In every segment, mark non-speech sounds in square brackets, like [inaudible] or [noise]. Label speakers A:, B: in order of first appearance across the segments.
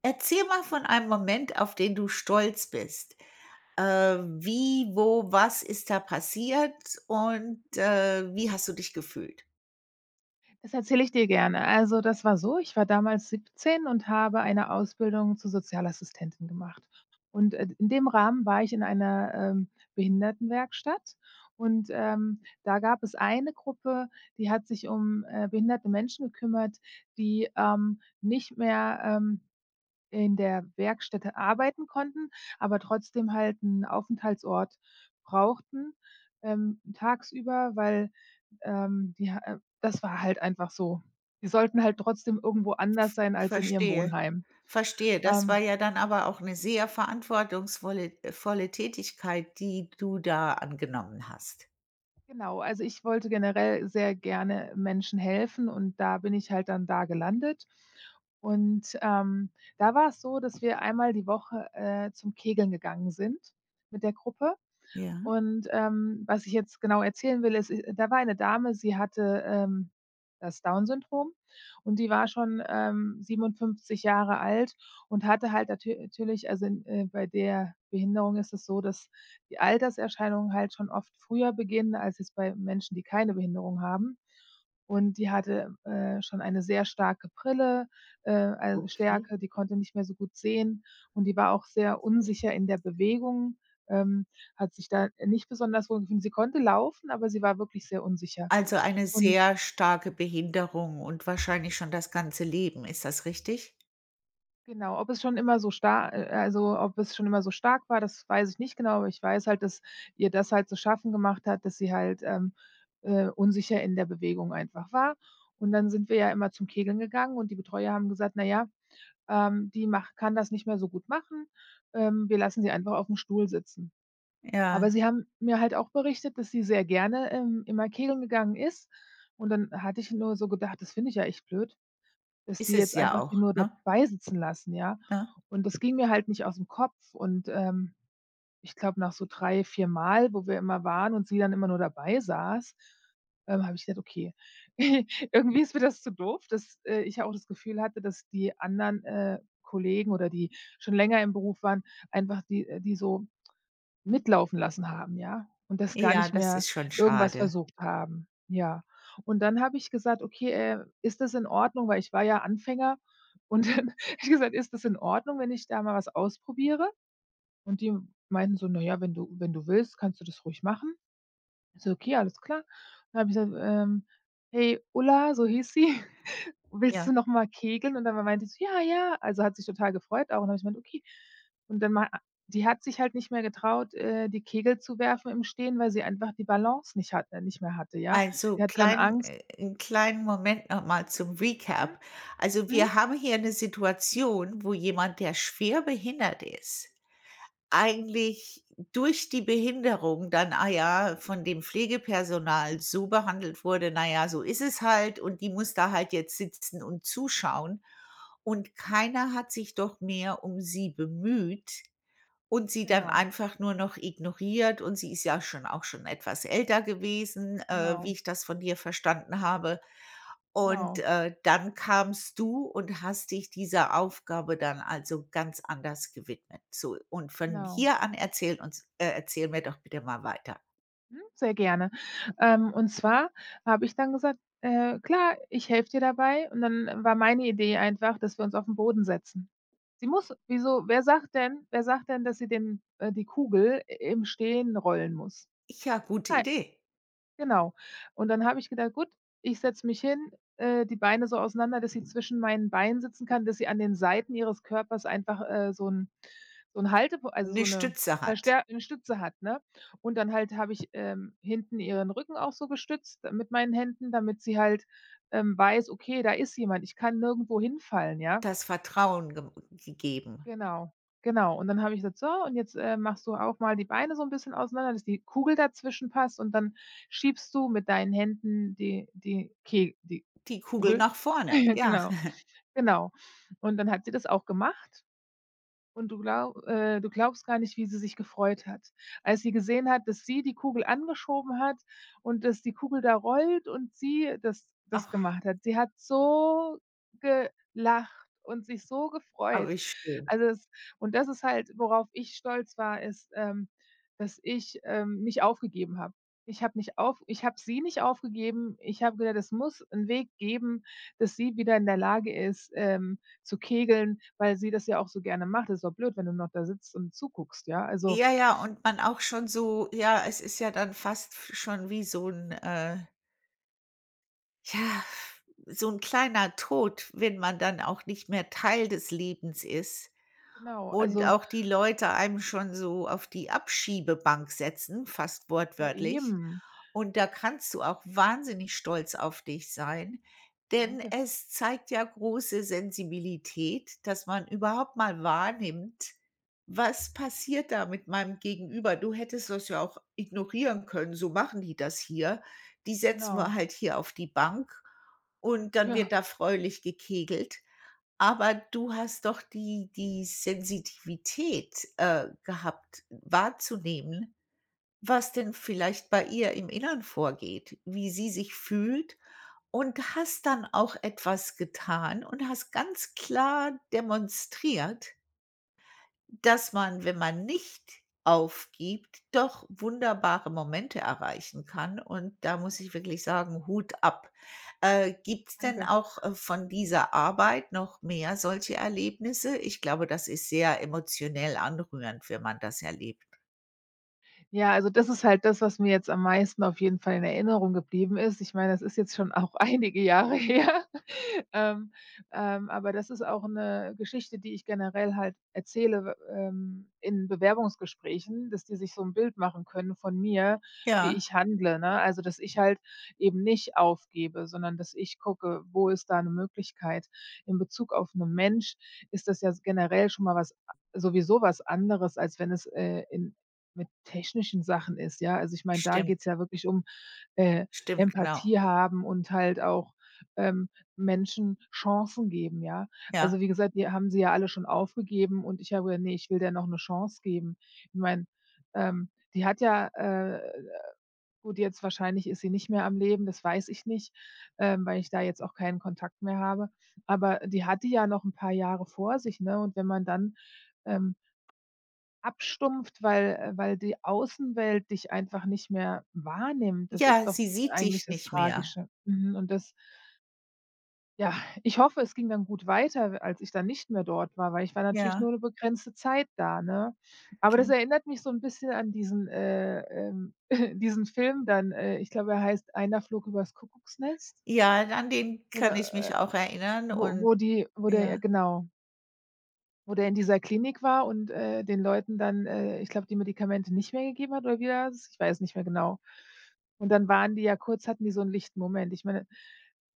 A: Erzähl mal von einem Moment, auf den du stolz bist. Äh, wie, wo, was ist da passiert und, wie hast du dich gefühlt?
B: Das erzähle ich dir gerne. Also, das war so, ich war damals 17 und habe eine Ausbildung zur Sozialassistentin gemacht. Und, in dem Rahmen war ich in einer, Behindertenwerkstatt und, da gab es eine Gruppe, die hat sich um, behinderte Menschen gekümmert, die, nicht mehr, in der Werkstätte arbeiten konnten, aber trotzdem halt 'n Aufenthaltsort brauchten, tagsüber, weil, die ha das war halt einfach so. Die sollten halt trotzdem irgendwo anders sein als in ihrem
A: Verstehe.
B: Wohnheim.
A: Verstehe, das war
B: Ähm,
A: ja dann aber auch eine sehr verantwortungsvolle volle Tätigkeit, die du da angenommen hast.
B: genau, also ich wollte generell sehr gerne Menschen helfen und da bin ich halt dann da gelandet. Und, da war es so, dass wir einmal die Woche, zum Kegeln gegangen sind mit der Gruppe.
A: Ja.
B: Und, was ich jetzt genau erzählen will, ist, da war eine Dame, sie hatte, das Down-Syndrom und die war schon, 57 Jahre alt und hatte halt natürlich also, bei der Behinderung ist es so, dass die Alterserscheinungen halt schon oft früher beginnen als jetzt bei Menschen, die keine Behinderung haben. Und die hatte, schon eine sehr starke Brille, also
A: Okay.
B: Stärke, die konnte nicht mehr so gut sehen und die war auch sehr unsicher in der Bewegung. Ähm, hat sich da nicht besonders wohl gefühlt. Sie konnte laufen, aber sie war wirklich sehr unsicher.
A: Also, eine
B: Und
A: sehr starke Behinderung und wahrscheinlich schon das ganze Leben. Ist das richtig?
B: genau, ob es schon immer so star also, ob es schon immer so stark war, das weiß ich nicht genau, aber ich weiß halt, dass ihr das halt zu schaffen gemacht hat, dass sie halt, unsicher in der Bewegung einfach war. Und dann sind wir ja immer zum Kegeln gegangen und die Betreuer haben gesagt: „Na ja, die mach kann das nicht mehr so gut machen. Wir lassen sie einfach auf dem Stuhl sitzen.“ Aber
A: Ja,
B: sie haben mir halt auch berichtet, dass sie sehr gerne, immer kegeln gegangen ist. Und dann hatte ich nur so gedacht: „Das finde ich ja echt blöd, dass
A: ist
B: die
A: es
B: jetzt
A: ja
B: einfach die
A: auch,
B: nur
A: ne?
B: dabei sitzen lassen“, ja?
A: Ne?
B: Und das ging mir halt nicht aus'm Kopf. Und, ich glaube, nach so 3, 4 Mal, wo wir immer waren und sie dann immer nur dabei saß, habe ich gedacht: „Okay, [laughs] irgendwie ist mir das zu doof“, dass, ich ja auch das Gefühl hatte, dass die anderen, Kollegen oder die schon länger im Beruf waren, einfach die so mitlaufen lassen haben, ja? Und das gar
A: Ja,
B: nicht
A: das
B: mehr
A: ist schon
B: irgendwas
A: schade.
B: versucht haben, ja. Und dann habe ich gesagt: „Okay, ist das in Ordnung?“ Weil ich war ja Anfänger und [laughs] dann habe ich gesagt: „Ist das in Ordnung, wenn ich da mal was ausprobiere?“ Und die meinten so: „Na ja, wenn du willst, kannst du das ruhig machen.“ Ich so: „Okay, alles klar.“ Dann habe ich gesagt, „Hey, Ulla“, so hieß sie. Willst du
A: Ja.
B: noch mal kegeln? Und dann meinte sie: „Ja, ja.“ Also, hat sich total gefreut auch. Und dann habe ich gemeint: „Okay.“ Und dann ma die hat sich halt nicht mehr getraut, die Kegel zu werfen im Stehen, weil sie einfach die Balance nicht hat nicht mehr hatte, ja.
A: Also,
B: Die hatte dann
A: klein
B: Angst.
A: 'n kleinen Moment nochmal zum
B: Mhm,
A: Recap. Also,
B: mhm,
A: wir haben hier eine Situation, wo jemand, der schwer behindert ist, eigentlich durch die Behinderung dann, ah ja, von dem Pflegepersonal so behandelt wurde, na ja, so ist es halt und die muss da halt jetzt sitzen und zuschauen. Und keiner hat sich doch mehr um sie bemüht. Und sie dann
B: genau,
A: einfach nur noch ignoriert und sie ist ja schon auch schon etwas älter gewesen, wie
B: genau,
A: ich das von dir verstanden habe. Und,
B: genau,
A: dann kamst du und hast dich dieser Aufgabe dann also ganz anders gewidmet. So, und von
B: genau.
A: hier an erzähl mir doch bitte mal weiter.
B: Mhm, sehr gerne. Und zwar habe ich dann gesagt: klar, ich helfe dir dabei.“ Und dann war meine Idee einfach, dass wir uns auf 'n Boden setzen. Sie muss wieso wer sagt denn Wer sagt denn, dass sie den die Kugel i im Stehen rollen muss?
A: Ja, gute
B: Kei
A: Idee.
B: genau. Und dann habe ich gedacht: „Gut, ich setze mich hin, die Beine so auseinander, dass sie zwischen meinen Beinen sitzen kann, dass sie an den Seiten ihres Körpers einfach, so 'n Halte also,
A: Eine Stütze hat,
B: 'ne Stütze hat“, ne? Und dann halt habe ich, hinten ihren Rücken auch so gestützt mit meinen Händen, damit sie halt, weiß: „Okay, da ist jemand, ich kann nirgendwo hinfallen“, ja?
A: das Vertrauen gem gegeben,
B: Genau, genau. Und dann habe ich gesagt: „So, und jetzt, machst du auch mal die Beine so ein bisschen auseinander, dass die Kugel dazwischen passt und dann schiebst du mit deinen Händen die
A: die Kugel
B: Kugel.“
A: nach
B: [laughs]
A: vorne,
B: Ja,
A: ja.
B: genau,
A: [laughs]
B: genau. Und dann hat sie das auch gemacht. Und du glaubst gar nicht, wie sie sich gefreut hat, als sie gesehen hat, dass sie die Kugel angeschoben hat und dass die Kugel da rollt und sie das
A: Ach,
B: gemacht hat. Sie hat so gelacht und sich so
A: aber
B: gefreut.
A: wie schön.
B: Also, es und das ist halt, worauf ich stolz war, ist, dass ich, nicht aufgegeben habe. Ich habe sie nicht aufgegeben. Ich habe gedacht, es muss einen Weg geben, dass sie wieder in der Lage ist, zu kegeln, weil sie das ja auch so gerne macht. Ist doch blöd, wenn du noch da sitzt und zuguckst, ja? Also,
A: Ja, ja, und man auch schon so ja, es ist ja dann fast f schon wie so ein, ja, so ein kleiner Tod, wenn man dann auch nicht mehr Teil des Lebens ist.
B: genau,
A: Und
B: also
A: auch die Leute einem schon so auf die Abschiebebank setzen, fast
B: ja
A: wortwörtlich.
B: eben.
A: Und da kannst du auch wahnsinnig stolz auf dich sein, denn
B: Danke,
A: es zeigt ja große Sensibilität, dass man überhaupt mal wahrnimmt: „Was passiert da mit meinem Gegenüber?“ Du hättest das ja auch ignorieren können: „So machen die das hier. Die setzen
B: genau.
A: wir halt hier auf die Bank und dann
B: Ja,
A: wird da fröhlich gekegelt.“ Aber du hast doch die Sensitivität, gehabt, wahrzunehmen, was denn vielleicht bei ihr im Inneren vorgeht, wie sie sich fühlt und hast dann auch etwas getan und hast ganz klar demonstriert, dass man, wenn man nicht aufgibt, doch wunderbare Momente erreichen kann und da muss ich wirklich sagen, Hut ab. Gibt es denn
B: danke.
A: auch, von dieser Arbeit noch mehr solche Erlebnisse? Ich glaube, das ist sehr emotionell anrührend, wenn man das erlebt.
B: Ja, also das ist halt das, was mir jetzt am meisten auf jeden Fall in Erinnerung geblieben ist. Ich meine, das ist jetzt schon [laughs] auch einige Jahre her. [laughs] Ähm, aber das ist auch eine Geschichte, die ich generell halt erzähle, in Bewerbungsgesprächen, dass die sich so ein Bild machen können von mir, wie
A: Ja,
B: ich handle, ne? Also, dass ich halt eben nicht aufgebe, sondern dass ich gucke, wo ist da eine Möglichkeit. In Bezug auf einen Mensch ist das ja generell schon mal was sowieso was anderes, als wenn es, in mit technischen Sachen ist, ja? Also, ich meine, da geht's
A: stimmt.
B: ja wirklich um, äh,
A: Stimmt, genau.
B: Empathie haben und halt auch, ähm, Menschen Chancen geben, ja?
A: Ja.
B: Also, wie gesagt, die haben sie ja alle schon aufgegeben und ich habe gesagt: nee, ich will der noch 'ne Chance geben.“ Ich meine, ähm, die hat ja, äh gut, jetzt wahrscheinlich ist sie nicht mehr am Leben, das weiß ich nicht, weil ich da jetzt auch keinen Kontakt mehr habe. Aber die hatte ja noch 'n paar Jahre vor sich, ne? Und wenn man dann, ähm abstumpft, weil die Außenwelt dich einfach nicht mehr wahrnimmt. Das ist
A: Ja,
B: doch
A: sie sieht
B: eigentlich
A: dich
B: das
A: nicht mehr.
B: Tragische. Mhm, und das ja, [laughs] ich hoffe, es ging dann gut weiter, als ich dann nicht mehr dort war, weil ich war natürlich nur
A: Ja,
B: 'ne begrenzte Zeit da, ne? Aber das
A: klar.
B: erinnert mich so 'n bisschen an [laughs] diesen Film dann, ich glaube, er heißt „Einer flog übers Kuckucksnest“,
A: Ja, an den
B: genau,
A: kann ich mich auch erinnern
B: wo
A: und
B: wo die wo der ja,
A: ja.
B: genau. Wo der in dieser Klinik war und, den Leuten dann, ich glaube, die Medikamente nicht mehr gegeben hat oder wie war das? Ich weiß nicht mehr genau. Und dann waren die ja kurz hatten die so 'n lichten Moment. Ich meine,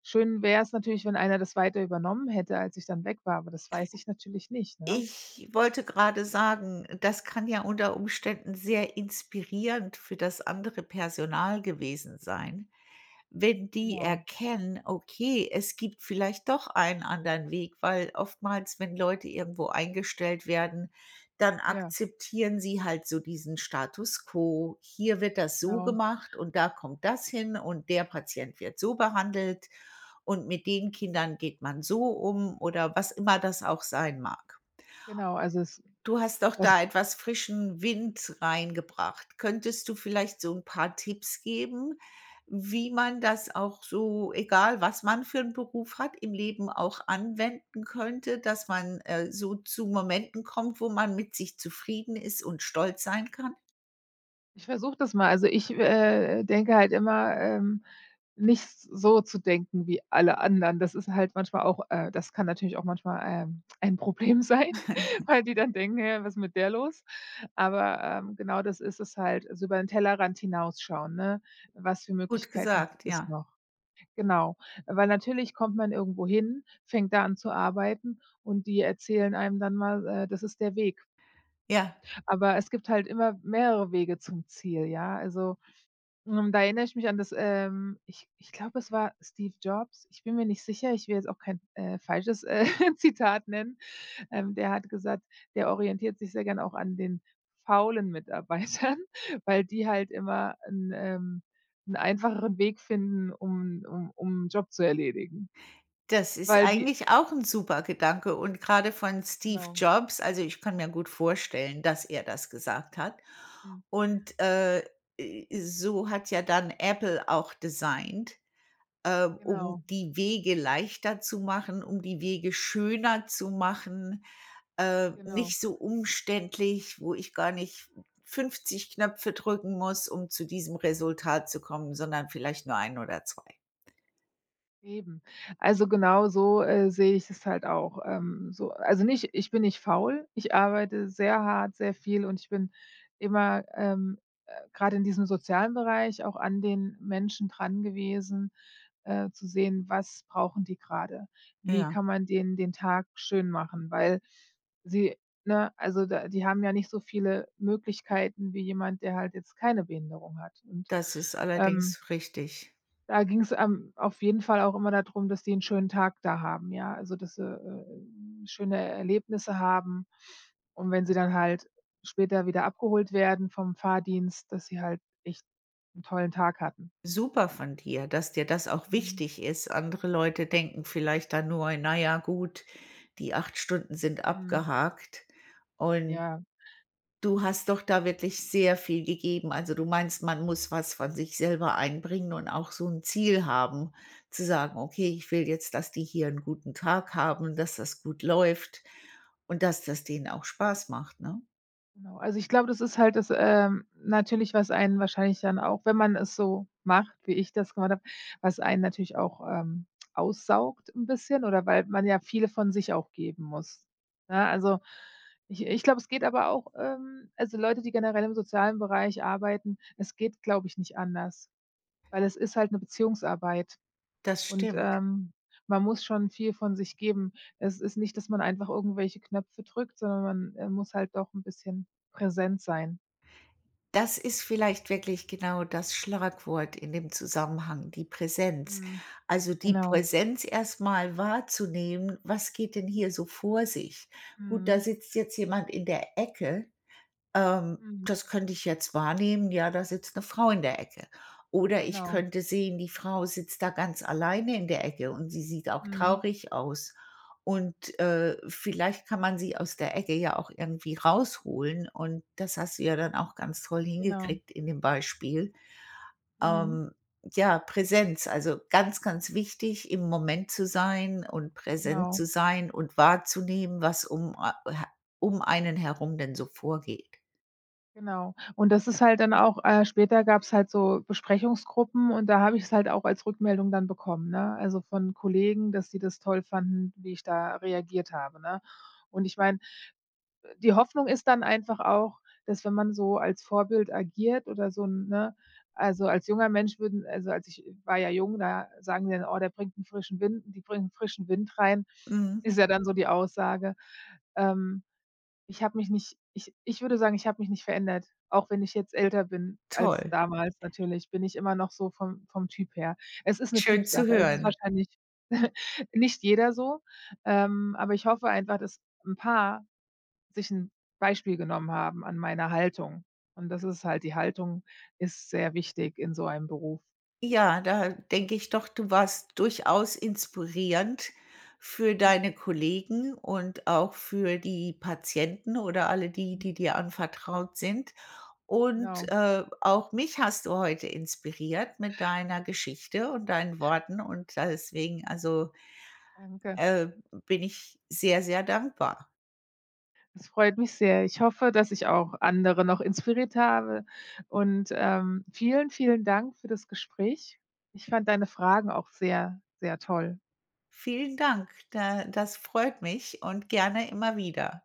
B: schön wär's natürlich, wenn einer das weiter übernommen hätte, als ich dann weg war, aber das weiß ich natürlich nicht, ne?
A: Ich wollte gerade sagen, das kann ja unter Umständen sehr inspirierend für das andere Personal gewesen sein, wenn die
B: Genau.
A: erkennen: Okay, es gibt vielleicht doch einen anderen Weg, weil oftmals, wenn Leute irgendwo eingestellt werden, dann
B: Ja,
A: akzeptieren sie halt so diesen Status quo. Hier wird das so
B: genau.
A: gemacht und da kommt das hin und der Patient wird so behandelt und mit den Kindern geht man so um oder was immer das auch sein mag.
B: Genau, also es
A: Du hast doch
B: das
A: da etwas frischen Wind reingebracht. Könntest du vielleicht so 'n paar Tipps geben, wie man das auch so, egal was man für 'n Beruf hat, im Leben auch anwenden könnte, dass man, so zu Momenten kommt, wo man mit sich zufrieden ist und stolz sein kann?
B: Ich versuche das mal. Also, ich, denke halt immer, nicht so zu denken wie alle anderen. Das ist halt manchmal auch das kann natürlich auch manchmal, [laughs] ein Problem sein, [laughs] weil die dann denken: „Hä, was ist mit der los?“ Aber, genau das ist es halt, so über den Tellerrand hinausschauen, ne? Was für
A: Gut
B: Möglichkeiten
A: gesagt,
B: gibt es
A: ja.
B: noch? Genau, weil natürlich kommt man irgendwo hin, fängt da an zu arbeiten und die erzählen einem dann mal, das ist der Weg.
A: Ja.
B: Aber es gibt halt immer mehrere Wege zum Ziel, ja? Also da erinnere ich mich an das, ich ich glaube, es war Steve Jobs. Ich bin mir nicht sicher, ich will jetzt auch kein, falsches, [laughs] Zitat nennen. Der hat gesagt, der orientiert sich sehr gern auch an den faulen Mitarbeitern, [laughs] weil die halt immer einen 'n einfacheren Weg finden, um 'n Job zu erledigen.
A: Das ist
B: Weil die
A: eigentlich auch ein super Gedanke und gerade von Steve
B: genau,
A: Jobs. Also, ich kann mir gut vorstellen, dass er das gesagt hat.
B: mhm,
A: Und, äh, so hat ja dann Apple auch designt, um
B: genau,
A: die Wege leichter zu machen, um die Wege schöner zu machen,
B: genau.
A: nicht so umständlich, wo ich gar nicht 50 Knöpfe drücken muss, um zu diesem Resultat zu kommen, sondern vielleicht nur ein oder zwei.
B: Eben. Also, genau so, sehe ich es halt auch. Also nicht ich bin nicht faul, ich arbeite sehr hart, sehr viel und ich bin immer, grade in diesem sozialen Bereich auch an den Menschen dran gewesen, zu sehen, was brauchen die gerade, wie
A: Ja,
B: kann man denen den Tag schön machen? Weil sie ne, also da die haben ja nicht so viele Möglichkeiten wie jemand, der halt jetzt keine Behinderung hat und,
A: das ist
B: ähm
A: allerdings richtig.
B: da ging's, am auf jeden Fall auch immer da, dass die 'n schönen Tag da haben, ja? Also, dass sie, schöne Erlebnisse haben. Und wenn sie dann halt später wieder abgeholt werden vom Fahrdienst, dass sie halt echt 'n tollen Tag hatten.
A: Super von dir, dass dir das auch
B: Mhm,
A: wichtig ist. Andere Leute denken vielleicht dann nur: „Naja, gut, die 8 Stunden sind
B: mhm,
A: abgehakt.“ Und
B: ja.
A: du hast doch da wirklich sehr viel gegeben. Also, du meinst, man muss was von sich selber einbringen und auch so ein Ziel haben, zu sagen: „Okay, ich will jetzt, dass die hier einen guten Tag haben, dass das gut läuft und dass das denen auch Spaß macht“, ne?
B: Genau, also ich glaube, das ist halt das, natürlich, was einen wahrscheinlich dann auch, wenn man es so macht, wie ich das gemacht habe, was einen natürlich auch, aussaugt ein bisschen oder weil man ja viel von sich auch geben muss, ne? Also, ich glaube, es geht aber auch, also Leute, die generell im sozialen Bereich arbeiten, es geht, glaube ich, nicht anders, weil es ist halt eine Beziehungsarbeit.
A: Das
B: Und,
A: stimmt.
B: man muss schon viel von sich geben. Es ist nicht, dass man einfach irgendwelche Knöpfe drückt, sondern man, muss halt doch 'n bisschen präsent sein.
A: Das ist vielleicht wirklich genau das Schlagwort in dem Zusammenhang, die Präsenz.
B: Mhm,
A: Also die
B: genau.
A: Präsenz erstmal wahrzunehmen, was geht denn hier so vor sich? Gut, da
B: Mhm,
A: sitzt jetzt jemand in der Ecke,
B: mhm,
A: das könnte ich jetzt wahrnehmen, ja, da sitzt eine Frau in der Ecke. Oder ich
B: genau.
A: könnte sehen, die Frau sitzt da ganz alleine in der Ecke und sie sieht auch
B: Mhm,
A: traurig aus. Und, vielleicht kann man sie aus der Ecke ja auch irgendwie rausholen und das hast du ja dann auch ganz toll
B: genau.
A: hingekriegt in dem Beispiel.
B: Mhm,
A: Ähm, ja, Präsenz, also ganz, ganz wichtig, im Moment zu sein und präsent
B: genau,
A: zu sein und wahrzunehmen, was um einen herum denn so vorgeht.
B: genau. Und das ist halt dann auch später gab's halt so Besprechungsgruppen und da habe ich's halt auch als Rückmeldung dann bekommen, ne? Also, von Kollegen, dass sie das toll fanden, wie ich da reagiert habe, ne? Und ich meine die Hoffnung ist dann einfach auch, dass wenn man so als Vorbild agiert oder so ne, also, als ich war ja jung, da sagen die dann: „Oh, der bringt 'n frischen Wind die bringen frischen Wind rein“,
A: Mhm,
B: ist ja dann so die Aussage. Ähm, ich habe mich nicht ich ich würde sagen, ich habe mich nicht verändert, auch wenn ich jetzt älter bin als
A: toll.
B: damals natürlich, bin ich immer noch so vom Typ her. Es ist 'ne
A: Schön zu
B: Typsache. Es ist
A: hören.
B: wahrscheinlich [laughs] nicht jeder so, aber ich hoffe einfach, dass 'n paar sich 'n Beispiel genommen haben an meiner Haltung. Und das ist halt die Haltung ist sehr wichtig in so einem Beruf.
A: Ja, da denke ich doch, du warst durchaus inspirierend für deine Kollegen und auch für die Patienten oder alle die,
B: Mhm,
A: die dir anvertraut sind. Und,
B: genau,
A: auch mich hast du heute inspiriert mit deiner Geschichte und deinen Worten und deswegen also,
B: danke.
A: äh, bin ich sehr, sehr dankbar.
B: Das freut mich sehr. Ich hoffe, dass ich auch andere noch inspiriert habe und, vielen, vielen Dank für das Gespräch. Ich fand deine Fragen auch sehr, sehr toll.
A: Vielen Dank, da das freut mich und gerne immer wieder.